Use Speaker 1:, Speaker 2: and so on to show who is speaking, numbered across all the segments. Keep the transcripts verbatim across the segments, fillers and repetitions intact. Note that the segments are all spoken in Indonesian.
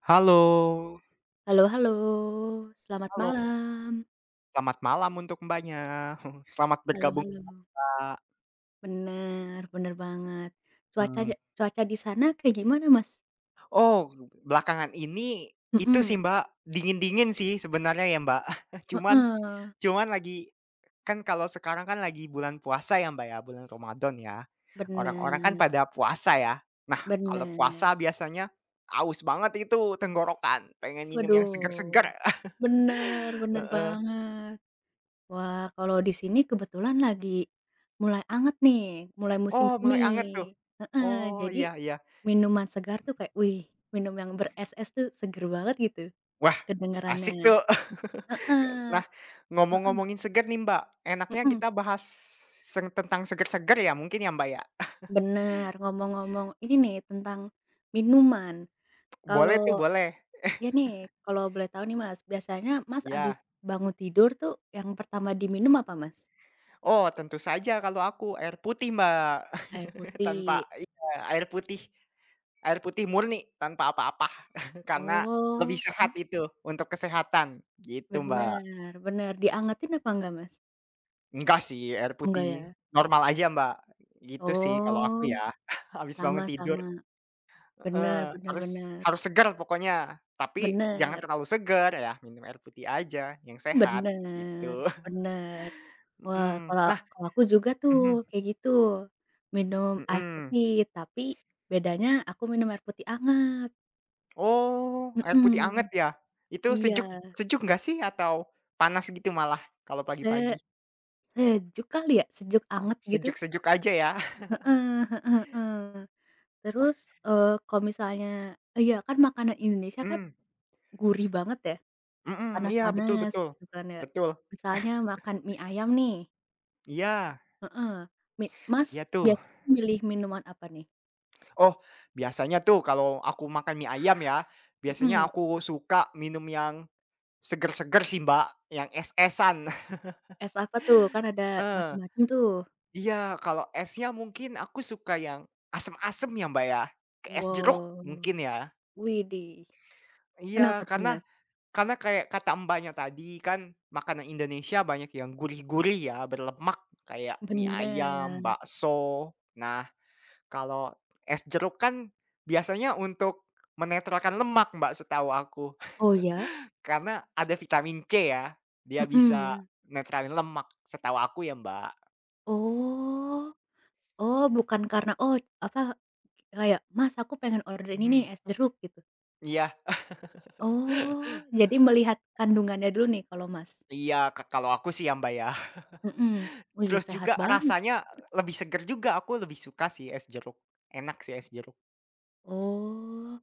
Speaker 1: Halo
Speaker 2: Halo halo, selamat
Speaker 1: halo,
Speaker 2: malam.
Speaker 1: selamat malam untuk Mbaknya. Selamat
Speaker 2: Halo
Speaker 1: bergabung,
Speaker 2: halo.
Speaker 1: Kak.
Speaker 2: Bener, bener banget.
Speaker 1: Mmm,
Speaker 2: Cuacanya cuaca di sana kayak gimana, Mas?
Speaker 1: oh, Belakangan ini itu sih,
Speaker 2: Mhm,
Speaker 1: Mbak, dingin-dingin sih sebenarnya ya, Mbak. Cuman
Speaker 2: heeh,
Speaker 1: cuman lagi kan kalau sekarang kan lagi bulan puasa ya, Mbak, ya, bulan Ramadan ya. Orang-orang kan
Speaker 2: bener
Speaker 1: pada puasa ya. Nah, kalau
Speaker 2: bener.
Speaker 1: puasa biasanya aus banget itu tenggorokan, pengen minum yang segar
Speaker 2: Waduh,
Speaker 1: seger.
Speaker 2: bener bener
Speaker 1: Heeh.
Speaker 2: banget. Wah, kalau di sini kebetulan lagi mulai anget nih, mulai musim
Speaker 1: Oh,
Speaker 2: semi.
Speaker 1: mulai anget tuh.
Speaker 2: Heeh,
Speaker 1: Oh,
Speaker 2: jadi
Speaker 1: iya iya.
Speaker 2: minuman segar tuh kayak, wih, minum yang beres-es tuh seger banget gitu
Speaker 1: Wah,
Speaker 2: kedengerannya.
Speaker 1: asik tuh. Ya,
Speaker 2: Heeh,
Speaker 1: nah,
Speaker 2: heeh.
Speaker 1: ngomong-ngomongin segar nih, Mbak, enaknya
Speaker 2: Mhm,
Speaker 1: kita bahas seng tentang segar seger ya mungkin ya, Mbak, ya?
Speaker 2: bener. Ngomong-ngomong ini nih tentang minuman,
Speaker 1: Boleh tuh,
Speaker 2: kalau
Speaker 1: boleh.
Speaker 2: iya nih, kalau boleh tahu nih, Mas, biasanya Mas abis
Speaker 1: Ya.
Speaker 2: bangun tidur tuh yang pertama diminum apa, Mas?
Speaker 1: Oh, tentu saja kalau aku air putih, Mbak,
Speaker 2: Air putih.
Speaker 1: tanpa iya, air putih, air putih murni tanpa apa-apa, karena lebih
Speaker 2: Oh,
Speaker 1: sehat itu untuk kesehatan, gitu, Mbak.
Speaker 2: bener bener. Diangetin apa enggak, Mas?
Speaker 1: Enggak sih, air
Speaker 2: Oh, enggak
Speaker 1: putih
Speaker 2: ya?
Speaker 1: normal aja, Mbak, gitu sih kalau aku
Speaker 2: Oh,
Speaker 1: ya, habis bangun
Speaker 2: sama
Speaker 1: tidur.
Speaker 2: sama. Bener
Speaker 1: Heeh,
Speaker 2: bener
Speaker 1: harus
Speaker 2: bener.
Speaker 1: harus segar pokoknya, tapi jangan
Speaker 2: Bener.
Speaker 1: terlalu segar ya, minum air putih aja yang sehat
Speaker 2: Bener
Speaker 1: gitu.
Speaker 2: bener. Wah,
Speaker 1: Mhm,
Speaker 2: kalau
Speaker 1: nah,
Speaker 2: kalau aku juga tuh
Speaker 1: mhm,
Speaker 2: kayak gitu, minum air
Speaker 1: mhm.
Speaker 2: putih, tapi bedanya aku minum air putih anget,
Speaker 1: Oh, air putih
Speaker 2: mhm,
Speaker 1: anget ya? Itu sejuk,
Speaker 2: iya,
Speaker 1: sejuk nggak sih, atau panas gitu malah kalau pagi-pagi?
Speaker 2: se sejuk kali ya, sejuk
Speaker 1: Oh,
Speaker 2: anget gitu,
Speaker 1: sejuk-sejuk aja ya?
Speaker 2: heeh heeh heeh.
Speaker 1: Wah,
Speaker 2: Terus, eee, kalau misalnya iya kan makanan Indonesia kan
Speaker 1: mhm,
Speaker 2: gurih banget ya,
Speaker 1: mhm, iya betul
Speaker 2: panas-panas
Speaker 1: betul,
Speaker 2: gitu kan ya.
Speaker 1: betul.
Speaker 2: Misalnya makan mie ayam nih
Speaker 1: Iya
Speaker 2: heeh, mi Mas
Speaker 1: iya tuh.
Speaker 2: biasanya milih minuman apa nih?
Speaker 1: Oh, biasanya tuh kalau aku makan mie ayam ya, biasanya
Speaker 2: Mhm.
Speaker 1: aku suka minum yang seger-seger sih, Mbak, yang es-esan.
Speaker 2: Es apa tuh? Kan ada
Speaker 1: Heeh,
Speaker 2: macem-macem tuh.
Speaker 1: iya, kalau esnya mungkin aku suka yang asem-asem ya, Mbak, ya, kayak es jeruk
Speaker 2: Wow,
Speaker 1: mungkin ya.
Speaker 2: widih. Kenapa
Speaker 1: Iya,
Speaker 2: tuh,
Speaker 1: karena
Speaker 2: Mas?
Speaker 1: karena kayak kata Mbaknya tadi kan makanan Indonesia banyak yang gurih-gurih ya, berlemak kayak mie ayam,
Speaker 2: Bener.
Speaker 1: bakso. Nah, kalau es jeruk kan biasanya untuk menetralkan lemak, Mbak, setahu aku.
Speaker 2: Oh ya?
Speaker 1: Karena ada vitamin C ya, dia bisa
Speaker 2: Mhm.
Speaker 1: netralin lemak setahu aku ya, Mbak.
Speaker 2: Oh oh bukan karena, oh apa, kayak, "Mas aku pengen order ini nih,
Speaker 1: Mhm.
Speaker 2: es jeruk," gitu?
Speaker 1: Iya
Speaker 2: Oh, jadi melihat kandungannya dulu nih kalau Mas?
Speaker 1: iya, ke kalau aku sih ya, Mbak, ya.
Speaker 2: Mhm. Wih
Speaker 1: Terus
Speaker 2: sehat
Speaker 1: juga
Speaker 2: banget.
Speaker 1: rasanya lebih seger juga, aku lebih suka sih es jeruk. Enak sih es jeruk.
Speaker 2: Oh,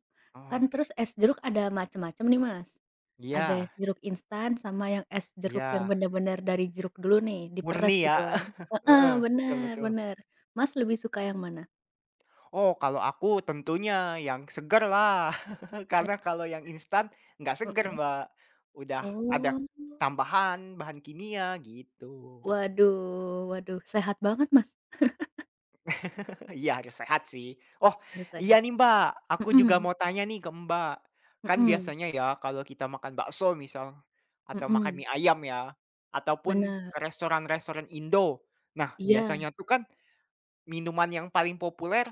Speaker 2: kan
Speaker 1: Oh,
Speaker 2: terus es jeruk ada macem-macem nih, Mas? Ada es
Speaker 1: iya
Speaker 2: jeruk instan sama yang es jeruk yang
Speaker 1: iya,
Speaker 2: bener-bener dari jeruk dulu nih, diperes
Speaker 1: murni ya.
Speaker 2: gitu kan. Nah,
Speaker 1: Heeh, betul
Speaker 2: bener
Speaker 1: betul.
Speaker 2: bener. Mas lebih suka yang mana?
Speaker 1: Oh, kalau aku tentunya yang seger lah, karena kalau yang instan nggak seger,
Speaker 2: Mhm.
Speaker 1: Mbak. Udah ada
Speaker 2: Oh,
Speaker 1: tambahan bahan kimia, gitu.
Speaker 2: waduh waduh, sehat banget Mas,
Speaker 1: Iya, harus sehat sih. Oh,
Speaker 2: harus sehat.
Speaker 1: iya nih, Mbak, aku juga
Speaker 2: Mhm
Speaker 1: mau tanya nih ke Mbak. Kan
Speaker 2: mhm
Speaker 1: biasanya ya kalau kita makan bakso misal, atau makan
Speaker 2: mhm,
Speaker 1: mie ayam ya, ataupun
Speaker 2: bener.
Speaker 1: ke restoran-restoran Indo. Nah,
Speaker 2: Iya,
Speaker 1: biasanya tuh kan minuman yang paling populer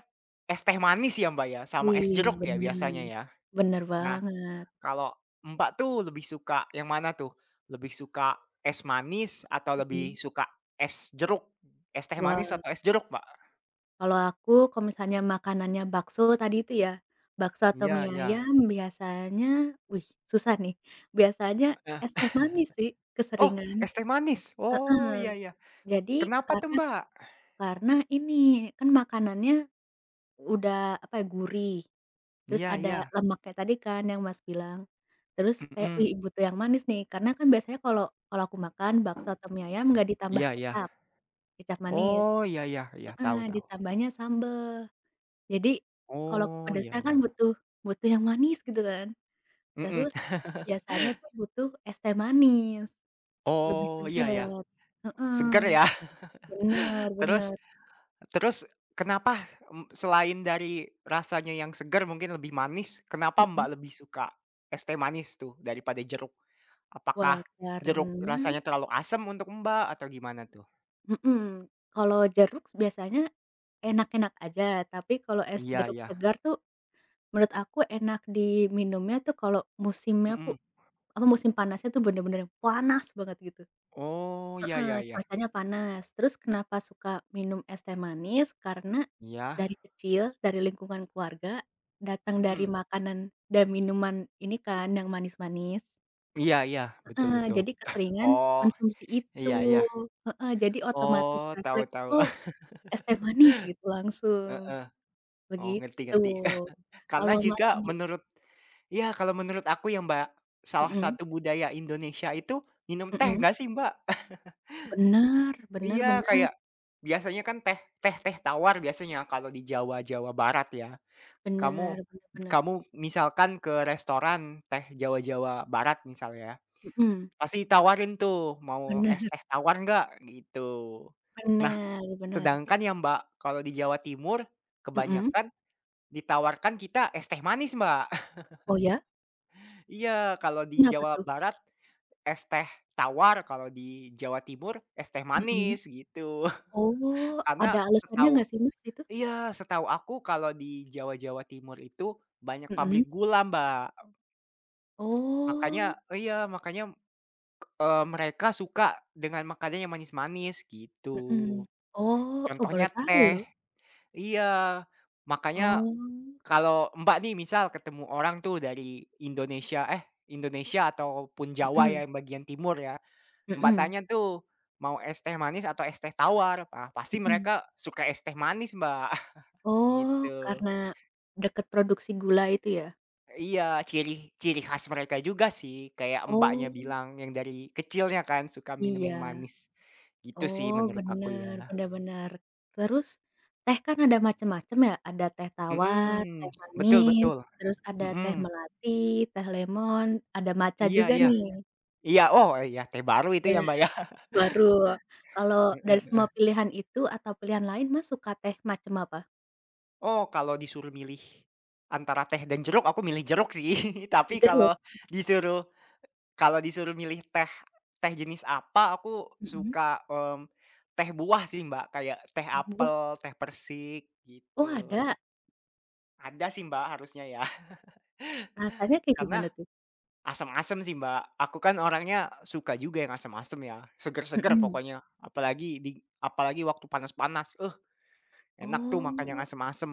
Speaker 1: es teh manis ya, Mbak, ya, sama es
Speaker 2: wih,
Speaker 1: jeruk ya
Speaker 2: bener.
Speaker 1: biasanya ya.
Speaker 2: Bener
Speaker 1: Nah,
Speaker 2: banget,
Speaker 1: kalau Mbak tuh lebih suka yang mana tuh? Lebih suka es manis atau lebih
Speaker 2: mhm.
Speaker 1: suka es jeruk? Es teh
Speaker 2: Wah.
Speaker 1: manis atau es jeruk, Mbak?
Speaker 2: Kalau aku kalau misalnya makanannya bakso tadi itu ya, bakso atau
Speaker 1: Iya
Speaker 2: mie
Speaker 1: iya.
Speaker 2: ayam biasanya wih susah nih, biasanya es teh manis sih
Speaker 1: Oh,
Speaker 2: keseringan,
Speaker 1: es teh manis? Oh,
Speaker 2: heeh.
Speaker 1: iya iya.
Speaker 2: Jadi
Speaker 1: Kenapa tuh,
Speaker 2: karena
Speaker 1: Mbak?
Speaker 2: karena ini kan makanannya udah apa ya, gurih, terus
Speaker 1: Iya
Speaker 2: ada
Speaker 1: iya.
Speaker 2: lemaknya tadi kan yang Mas bilang, terus kayak, "Wih
Speaker 1: Mhm.
Speaker 2: butuh yang manis nih," karena kan biasanya kalau kalau aku makan bakso atau mie ayam nggak ditambah
Speaker 1: Iya iya.
Speaker 2: kecap, kecap manis,
Speaker 1: Oh, iya iya iya,
Speaker 2: heeh,
Speaker 1: tahu tahu.
Speaker 2: ditambahnya sambel. Jadi, kalau
Speaker 1: Oh, iya
Speaker 2: kepedesan kan
Speaker 1: iya.
Speaker 2: butuh butuh yang manis gitu kan.
Speaker 1: Mhm.
Speaker 2: Terus biasanya tuh butuh es teh manis, lebih
Speaker 1: Oh, iya iya.
Speaker 2: seger. Heeh,
Speaker 1: Seger ya.
Speaker 2: bener
Speaker 1: Terus
Speaker 2: bener,
Speaker 1: terus kenapa, mmm, selain dari rasanya yang seger mungkin lebih manis, kenapa
Speaker 2: mhm.
Speaker 1: Mbak lebih suka es teh manis tuh daripada jeruk?
Speaker 2: Wah,
Speaker 1: Apakah jeruk
Speaker 2: karena
Speaker 1: rasanya terlalu asam untuk Mbak atau gimana tuh?
Speaker 2: mhm, kalau jeruk biasanya enak-enak aja, tapi kalau es
Speaker 1: Iya
Speaker 2: jeruk
Speaker 1: iya.
Speaker 2: segar tuh menurut aku enak diminumnya tuh kalau musimnya pu
Speaker 1: Mhm.
Speaker 2: apa, musim panasnya tuh bener-bener panas banget gitu.
Speaker 1: Oh, iya iya
Speaker 2: Heeh,
Speaker 1: iya.
Speaker 2: cuacanya panas. Terus kenapa suka minum es teh manis, karena
Speaker 1: Iya.
Speaker 2: dari kecil, dari lingkungan keluarga, datang dari
Speaker 1: Mhm.
Speaker 2: makanan dan minuman ini kan yang manis-manis.
Speaker 1: Iya iya, betul
Speaker 2: Heeh,
Speaker 1: betul.
Speaker 2: jadi keseringan
Speaker 1: Oh,
Speaker 2: konsumsi itu.
Speaker 1: iya iya.
Speaker 2: Heeh, jadi otomatis
Speaker 1: Oh, tahu
Speaker 2: refleks,
Speaker 1: tahu.
Speaker 2: "Oh, es teh manis," gitu langsung,
Speaker 1: Heeh. Oh, ngerti
Speaker 2: begitu.
Speaker 1: ngerti. Karena
Speaker 2: Kalau Mas
Speaker 1: juga
Speaker 2: sendi
Speaker 1: menurut ya, kalau menurut aku ya, Mbak, salah
Speaker 2: mhm
Speaker 1: satu budaya Indonesia itu minum teh
Speaker 2: mhm.
Speaker 1: nggak sih, Mbak?
Speaker 2: Bener bener
Speaker 1: Iya,
Speaker 2: bener.
Speaker 1: kayak biasanya kan teh teh teh tawar biasanya kalau di Jawa, Jawa Barat ya.
Speaker 2: Bener
Speaker 1: Kamu
Speaker 2: bener bener.
Speaker 1: kamu misalkan ke restoran teh Jawa, Jawa Barat misalnya
Speaker 2: Mhm.
Speaker 1: pasti tawarin tuh, "Mau es
Speaker 2: Bener
Speaker 1: teh tawar nggak?" Gitu.
Speaker 2: bener bener.
Speaker 1: Sedangkan ya, Mbak, kalau di Jawa Timur
Speaker 2: Mhm.
Speaker 1: kebanyakan ditawarkan kita es teh manis, Mbak.
Speaker 2: Oh, ya?
Speaker 1: Iya, kalau di
Speaker 2: Kenapa
Speaker 1: Jawa
Speaker 2: tuh?
Speaker 1: Barat es teh tawar, kalau di Jawa Timur es teh
Speaker 2: Mhm.
Speaker 1: manis gitu.
Speaker 2: Oh,
Speaker 1: Karena
Speaker 2: ada alasannya
Speaker 1: setahu
Speaker 2: nggak sih, Mas, itu?
Speaker 1: iya, setahu aku kalau di Jawa-Jawa Timur itu banyak
Speaker 2: Mhm.
Speaker 1: pabrik gula, Mbak. Makanya
Speaker 2: Oh,
Speaker 1: iya, makanya, eee, mereka suka dengan makanan yang manis-manis gitu.
Speaker 2: mhm. Oh oh, baru
Speaker 1: Contohnya
Speaker 2: tahu
Speaker 1: teh.
Speaker 2: loh.
Speaker 1: Iya, makanya,
Speaker 2: Oh,
Speaker 1: kalau Mbak nih misal ketemu orang tuh dari Indonesia eh, Indonesia ataupun Jawa
Speaker 2: mhm
Speaker 1: ya yang bagian timur ya, Mbak
Speaker 2: mhm
Speaker 1: tanya tuh, mau es teh manis atau es teh tawar? Ah, pasti
Speaker 2: mhm.
Speaker 1: mereka suka es teh manis, Mbak,
Speaker 2: Oh,
Speaker 1: gitu.
Speaker 2: karena dekat produksi gula itu ya?
Speaker 1: Iya, ciri ciri khas mereka juga sih, kayak Mbaknya
Speaker 2: Oh,
Speaker 1: bilang yang dari kecilnya kan suka minum yang
Speaker 2: iya.
Speaker 1: manis, gitu sih
Speaker 2: Oh,
Speaker 1: menurut aku ya.
Speaker 2: bener bener bener. Terus teh kan ada macem-macem ya, ada teh tawar, teh
Speaker 1: Mhm, betul
Speaker 2: manis,
Speaker 1: betul,
Speaker 2: terus ada teh
Speaker 1: mhm,
Speaker 2: melati, teh lemon, ada matcha
Speaker 1: iya
Speaker 2: juga
Speaker 1: iya,
Speaker 2: nih.
Speaker 1: iya, oh iya teh baru itu
Speaker 2: Ya.
Speaker 1: ya, Mbak, ya?
Speaker 2: Baru. Kalau dari semua pilihan itu atau pilihan lain, Mas, suka teh macam apa?
Speaker 1: Oh, kalau disuruh milih antara teh dan jeruk, aku milih jeruk sih.
Speaker 2: Pakai
Speaker 1: Tapi
Speaker 2: jeruk.
Speaker 1: kalau disuruh, kalau disuruh milih teh, teh jenis apa, aku
Speaker 2: Mhm.
Speaker 1: suka, mmm, teh buah sih, Mbak, kayak teh
Speaker 2: Teh buah?
Speaker 1: apel, teh persik,
Speaker 2: Oh,
Speaker 1: gitu.
Speaker 2: ada.
Speaker 1: Ada sih, Mbak, harusnya ya,
Speaker 2: Rasanya kayak
Speaker 1: karena
Speaker 2: gimana tuh?
Speaker 1: asam-asam sih, Mbak. Aku kan orangnya suka juga yang asam-asam ya, seger-seger
Speaker 2: Mhm.
Speaker 1: pokoknya, apalagi di apalagi waktu panas-panas, uh, enak tuh makan yang
Speaker 2: Oh,
Speaker 1: asam-asam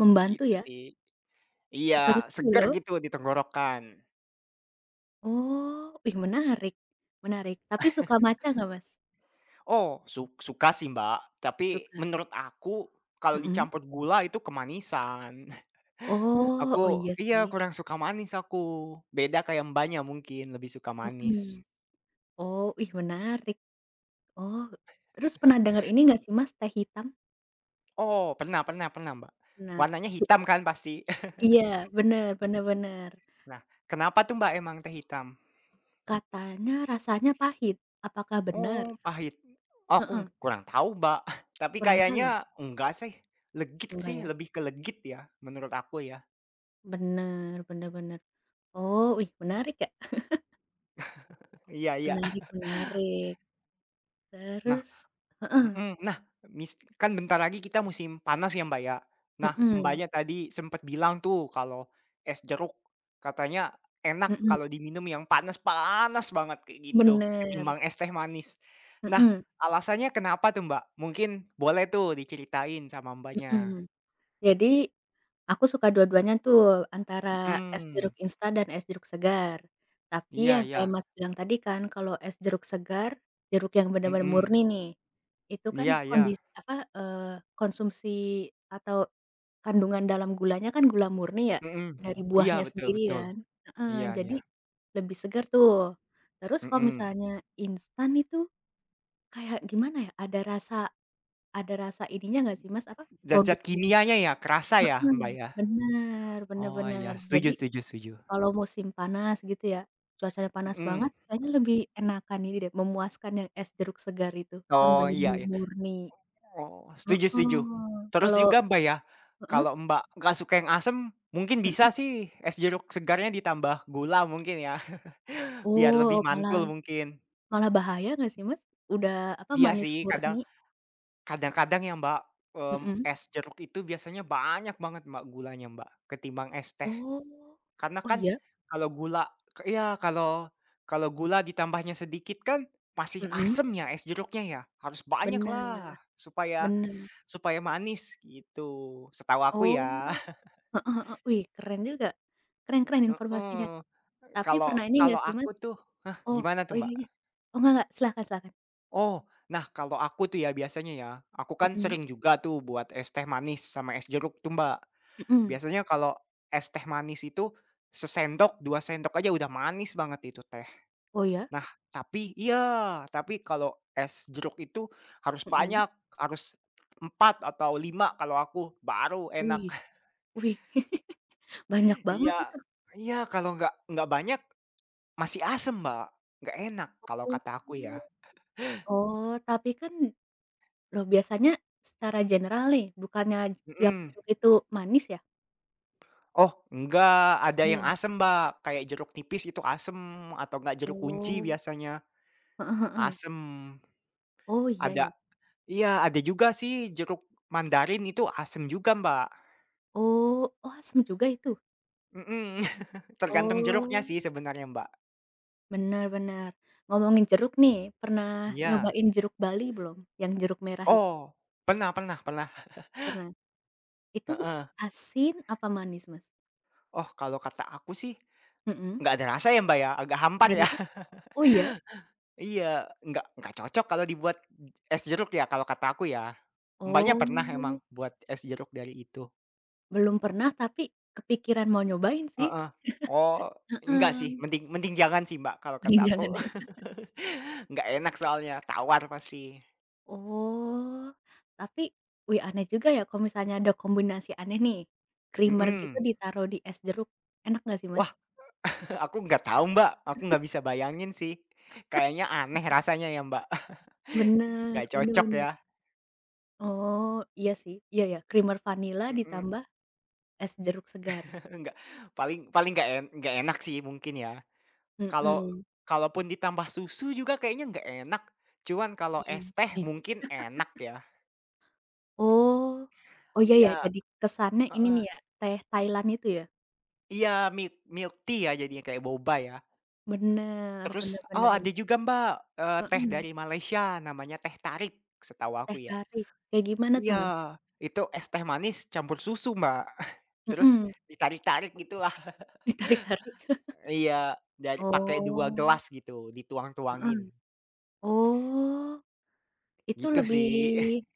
Speaker 2: membantu
Speaker 1: gitu
Speaker 2: ya?
Speaker 1: sih.
Speaker 2: Oh, baru
Speaker 1: Iya,
Speaker 2: tahu
Speaker 1: seger
Speaker 2: loh.
Speaker 1: gitu di tenggorokan.
Speaker 2: Oh, ih menarik, menarik. Tapi suka matcha nggak, Mas?
Speaker 1: Oh, su suka sih, Mbak, tapi
Speaker 2: Suka?
Speaker 1: menurut aku kalau
Speaker 2: Mhm.
Speaker 1: dicampur gula itu kemanisan.
Speaker 2: Oh, oh
Speaker 1: Aku
Speaker 2: iya sih.
Speaker 1: iya, kurang suka manis aku. Beda kayak Mbaknya mungkin lebih suka manis.
Speaker 2: Mhm. Oh, ih menarik. Oh, terus pernah dengar ini nggak sih, Mas, teh hitam?
Speaker 1: Oh, pernah pernah pernah, Mbak.
Speaker 2: Nah,
Speaker 1: Warnanya
Speaker 2: su
Speaker 1: hitam kan pasti.
Speaker 2: iya, bener bener bener.
Speaker 1: Nah, kenapa tuh, Mbak, emang teh hitam?
Speaker 2: Katanya rasanya pahit, apakah benar?
Speaker 1: Oh, pahit. Aku
Speaker 2: Heeh,
Speaker 1: kurang tahu, Mbak, tapi
Speaker 2: kurang tahu ya?
Speaker 1: kayaknya enggak sih, legit
Speaker 2: Enggak
Speaker 1: sih,
Speaker 2: ya?
Speaker 1: lebih ke legit ya menurut aku ya.
Speaker 2: Benar benar-benar. Oh, wih menarik ya?
Speaker 1: Iya iya.
Speaker 2: Menarik menarik.
Speaker 1: Nah.
Speaker 2: Terus
Speaker 1: Mhm. Nah, mis kan bentar lagi kita musim panas ya, Mbak, ya. Nah,
Speaker 2: mhm
Speaker 1: Mbaknya tadi sempet bilang tuh kalau es jeruk katanya enak
Speaker 2: mhm,
Speaker 1: kalau diminum yang panas-panas banget kayak gitu,
Speaker 2: bener,
Speaker 1: ketimbang es teh manis. Nah,
Speaker 2: mhm
Speaker 1: alasannya kenapa tuh, Mbak? Mungkin boleh tuh diceritain sama Mbaknya.
Speaker 2: mhm. Jadi aku suka dua-duanya tuh, antara es jeruk
Speaker 1: Mhm.
Speaker 2: instan dan es jeruk segar. Tapi
Speaker 1: Iya
Speaker 2: yang
Speaker 1: iya.
Speaker 2: kayak Mas bilang tadi kan, kalau es jeruk segar, jeruk yang benar-benar
Speaker 1: Mhm.
Speaker 2: murni nih, itu kan
Speaker 1: Iya iya.
Speaker 2: kondisi apa, eee, konsumsi atau kandungan dalam gulanya kan gula murni ya,
Speaker 1: Mhm.
Speaker 2: dari
Speaker 1: Iya,
Speaker 2: buahnya
Speaker 1: betul
Speaker 2: sendiri
Speaker 1: betul.
Speaker 2: kan heeh,
Speaker 1: Iya
Speaker 2: jadi
Speaker 1: iya.
Speaker 2: lebih segar tuh. Terus kalau
Speaker 1: Mhm.
Speaker 2: misalnya instan itu kayak gimana ya, ada rasa ada rasa ininya nggak sih Mas, apa,
Speaker 1: Zat-zat
Speaker 2: produknya gitu
Speaker 1: kimianya ya kerasa ya,
Speaker 2: heeh,
Speaker 1: Mbak, ya?
Speaker 2: bener bener
Speaker 1: Oh,
Speaker 2: bener.
Speaker 1: iya. Setuju
Speaker 2: Jadi
Speaker 1: setuju setuju.
Speaker 2: kalau musim panas gitu ya, cuacanya panas
Speaker 1: Mhm.
Speaker 2: banget kayaknya lebih enakan ini deh, memuaskan yang es jeruk segar itu, yang
Speaker 1: Oh, iya
Speaker 2: bener-bener
Speaker 1: iya.
Speaker 2: murni
Speaker 1: Oh, setuju setuju.
Speaker 2: heeh,
Speaker 1: Terus
Speaker 2: kalau
Speaker 1: juga Mbak ya,
Speaker 2: heeh?
Speaker 1: kalau Mbak nggak suka yang asem, mungkin
Speaker 2: Mhm?
Speaker 1: bisa sih es jeruk segarnya ditambah gula mungkin ya, biar
Speaker 2: Oh,
Speaker 1: lebih
Speaker 2: malah
Speaker 1: mantul mungkin.
Speaker 2: Malah bahaya nggak sih, Mas? Udah, apa,
Speaker 1: Iya
Speaker 2: manis
Speaker 1: sih,
Speaker 2: murni
Speaker 1: kadang kadang-kadang ya Mbak, mmm,
Speaker 2: mhm.
Speaker 1: es jeruk itu biasanya banyak banget Mbak gulanya Mbak, ketimbang es teh.
Speaker 2: Oh.
Speaker 1: Karena
Speaker 2: Oh,
Speaker 1: kan
Speaker 2: iya?
Speaker 1: kalau gula ke- iya, kalau kalau gula ditambahnya sedikit kan masih
Speaker 2: Mhm.
Speaker 1: asem ya es jeruknya ya, harus banyak
Speaker 2: Bener
Speaker 1: lah supaya,
Speaker 2: bener.
Speaker 1: Supaya manis gitu, setahu aku ya.
Speaker 2: Oh, heeh heeh. Wih, keren juga. Keren keren informasinya.
Speaker 1: Heeh.
Speaker 2: Tapi
Speaker 1: Kalau
Speaker 2: pernah ini nggak
Speaker 1: kalau
Speaker 2: sih,
Speaker 1: aku
Speaker 2: Mas
Speaker 1: tuh
Speaker 2: oh
Speaker 1: gimana tuh,
Speaker 2: oh, iya
Speaker 1: Mbak?
Speaker 2: iya. Oh, nggak nggak, silahkan silahkan.
Speaker 1: Oh, nah kalau aku tuh ya biasanya ya, aku kan
Speaker 2: Mhm
Speaker 1: sering juga tuh buat es teh manis sama es jeruk tuh, Mbak.
Speaker 2: mhm.
Speaker 1: Biasanya kalau es teh manis itu sesendok, dua sendok aja udah manis banget itu teh.
Speaker 2: Oh, ya?
Speaker 1: Nah, tapi iya, tapi kalau es jeruk itu harus
Speaker 2: Mhm.
Speaker 1: banyak, harus empat atau lima kalau aku, baru enak.
Speaker 2: Wih wih, banyak banget
Speaker 1: Iya
Speaker 2: itu.
Speaker 1: iya, kalau nggak nggak banyak masih asem, Mbak, nggak enak kalau
Speaker 2: Oh.
Speaker 1: kata aku ya,
Speaker 2: Oh, tapi kan loh, biasanya secara general nih, bukannya tiap
Speaker 1: mhm.
Speaker 2: jeruk itu manis ya?
Speaker 1: Oh, enggak, ada yang
Speaker 2: Nggak?
Speaker 1: asem, Mbak, kayak jeruk nipis itu asem atau enggak jeruk kunci
Speaker 2: Oh.
Speaker 1: biasanya
Speaker 2: Heeh.
Speaker 1: asem.
Speaker 2: Oh, iya ya.
Speaker 1: Ada iya, ada juga sih jeruk mandarin itu asem juga, Mbak,
Speaker 2: Oh oh, asem juga itu?
Speaker 1: mhm, tergantung jeruknya
Speaker 2: Oh,
Speaker 1: sih sebenarnya, Mbak.
Speaker 2: benar-benar. Ngomongin jeruk nih, pernah
Speaker 1: Iya.
Speaker 2: nyobain jeruk Bali belum? Yang jeruk merah itu?
Speaker 1: Oh, pernah pernah pernah,
Speaker 2: Pernah? Itu
Speaker 1: heeh.
Speaker 2: asin apa manis, Mas?
Speaker 1: Oh, kalau kata aku sih
Speaker 2: Mhm.
Speaker 1: nggak ada rasa ya, Mbak, ya, agak hampar ya.
Speaker 2: Beneran? Oh, iya?
Speaker 1: Iya, nggak nggak cocok kalau dibuat es jeruk ya, kalau kata aku ya. Mbaknya pernah emang
Speaker 2: Oh,
Speaker 1: buat es jeruk dari itu?
Speaker 2: belum pernah tapi kepikiran mau nyobain sih,
Speaker 1: Heeh. Oh, enggak sih,
Speaker 2: heeh,
Speaker 1: mending mending jangan sih, Mbak, kalau
Speaker 2: mending
Speaker 1: kata
Speaker 2: jangan
Speaker 1: aku.
Speaker 2: ya.
Speaker 1: Nggak enak soalnya, tawar pasti.
Speaker 2: Oh, tapi wih aneh juga ya kalau misalnya ada kombinasi aneh nih, creamer gitu
Speaker 1: Mhm.
Speaker 2: ditaruh di es jeruk, enak nggak sih, Mas?
Speaker 1: Wah, aku nggak tahu, Mbak, aku nggak bisa bayangin sih. Kayaknya aneh rasanya ya, Mbak.
Speaker 2: Bener,
Speaker 1: Nggak
Speaker 2: bener
Speaker 1: cocok
Speaker 2: bener.
Speaker 1: ya.
Speaker 2: Oh, iya sih, iya ya, creamer vanila
Speaker 1: Mhm.
Speaker 2: ditambah es jeruk segar,
Speaker 1: Nggak, paling paling nggak en nggak enak sih mungkin ya. Kalau
Speaker 2: mhm,
Speaker 1: Kalaupun ditambah susu juga kayaknya nggak enak, cuman kalau
Speaker 2: ih,
Speaker 1: es teh
Speaker 2: jijik.
Speaker 1: mungkin enak ya.
Speaker 2: Oh, oh iya ya,
Speaker 1: Iya,
Speaker 2: jadi kesannya ini
Speaker 1: heeh.
Speaker 2: nih ya, teh Thailand itu ya?
Speaker 1: Iya, milk milk tea ya jadinya, kayak boba ya.
Speaker 2: Bener
Speaker 1: Terus,
Speaker 2: bener
Speaker 1: oh
Speaker 2: bener bener,
Speaker 1: ada juga Mbak, eee, teh
Speaker 2: mhm,
Speaker 1: dari Malaysia namanya teh tarik, setahu aku
Speaker 2: teh
Speaker 1: ya.
Speaker 2: tarik, kayak gimana tuh,
Speaker 1: Iya.
Speaker 2: Mas?
Speaker 1: Itu es teh manis campur susu Mbak, terus
Speaker 2: Mhm,
Speaker 1: ditarik-tarik gitulah.
Speaker 2: ditarik-tarik.
Speaker 1: Iya, dari pakai dua
Speaker 2: Oh,
Speaker 1: gelas gitu,
Speaker 2: heeh,
Speaker 1: dituang-tuangin,
Speaker 2: oh, itu
Speaker 1: gitu
Speaker 2: lebih
Speaker 1: sih.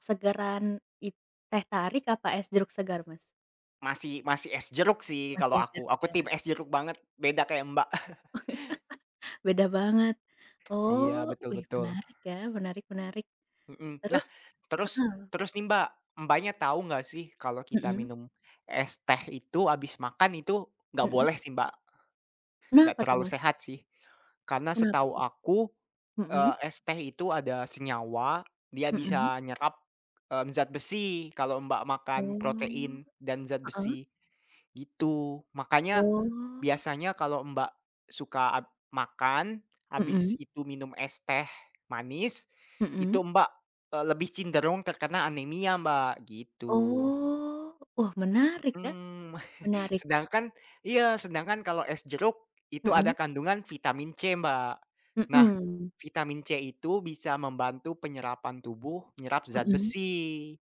Speaker 2: segaran it teh tarik apa es jeruk segar, Mas?
Speaker 1: Masih masih es jeruk sih
Speaker 2: Masih
Speaker 1: kalau
Speaker 2: es
Speaker 1: aku,
Speaker 2: jeruk
Speaker 1: aku
Speaker 2: ya?
Speaker 1: tim es jeruk banget, beda kayak Mbak.
Speaker 2: Beda banget. Oh,
Speaker 1: Iya, betul
Speaker 2: wih
Speaker 1: betul.
Speaker 2: menarik ya, menarik menarik.
Speaker 1: Mhm. Nah,
Speaker 2: Terus
Speaker 1: terus terus nih Mbak, Mbaknya tahu nggak sih kalau kita
Speaker 2: mhm
Speaker 1: minum es teh itu habis makan itu nggak
Speaker 2: mhm,
Speaker 1: boleh sih Mbak, nggak
Speaker 2: kenapa tuh,
Speaker 1: terlalu
Speaker 2: Mas?
Speaker 1: sehat sih. Karena
Speaker 2: Kenapa
Speaker 1: setahu
Speaker 2: tuh?
Speaker 1: aku,
Speaker 2: Mhm
Speaker 1: eee, es teh itu ada senyawa, dia
Speaker 2: mhm.
Speaker 1: bisa nyerap, mmm, zat besi kalau Mbak makan
Speaker 2: Oh,
Speaker 1: protein dan zat
Speaker 2: heeh.
Speaker 1: besi, gitu. Makanya
Speaker 2: Oh,
Speaker 1: biasanya kalau Mbak suka ab makan,
Speaker 2: mhm
Speaker 1: habis itu minum es teh manis,
Speaker 2: mhm.
Speaker 1: itu Mbak, eee, lebih cenderung terkena anemia Mbak, gitu.
Speaker 2: Oh, wah menarik ya,
Speaker 1: Mhm.
Speaker 2: menarik.
Speaker 1: Sedangkan iya, sedangkan kalau es jeruk, itu ada
Speaker 2: Mhm
Speaker 1: kandungan vitamin C Mbak. Nah,
Speaker 2: mhm
Speaker 1: vitamin C itu bisa membantu penyerapan tubuh menyerap zat
Speaker 2: mhm.
Speaker 1: besi,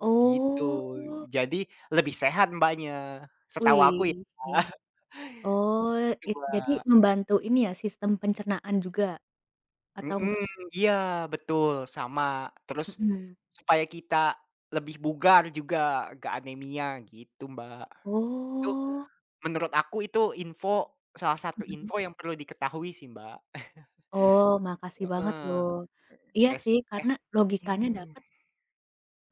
Speaker 2: Oh,
Speaker 1: gitu. Jadi lebih sehat Mbaknya, setahu aku ya,
Speaker 2: wih. Oh, it
Speaker 1: gitu.
Speaker 2: jadi membantu ini ya, sistem pencernaan juga atau
Speaker 1: Mhm,
Speaker 2: enggak?
Speaker 1: iya betul sama, terus
Speaker 2: Mhm.
Speaker 1: supaya kita lebih bugar juga, nggak anemia gitu, Mbak. Itu
Speaker 2: Oh,
Speaker 1: menurut aku itu info salah satu
Speaker 2: mhm.
Speaker 1: info yang perlu diketahui sih, Mbak.
Speaker 2: Oh, makasih banget
Speaker 1: Heeh,
Speaker 2: loh. Iya
Speaker 1: es
Speaker 2: sih,
Speaker 1: es
Speaker 2: karena logikanya
Speaker 1: mhm,
Speaker 2: dapet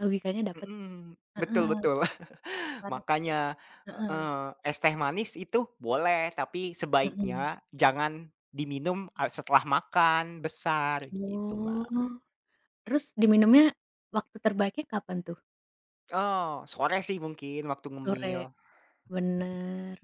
Speaker 2: logikanya dapet.
Speaker 1: mhm, betul
Speaker 2: Heeh,
Speaker 1: betul.
Speaker 2: kar
Speaker 1: Makanya
Speaker 2: heeh,
Speaker 1: heeh, es teh manis itu boleh, tapi
Speaker 2: mhm.
Speaker 1: sebaiknya jangan diminum a setelah makan besar gitu, Mbak.
Speaker 2: Oh, terus diminumnya waktu terbaiknya kapan tuh?
Speaker 1: Oh, sore sih mungkin waktu ngemil.
Speaker 2: Sore? Bener.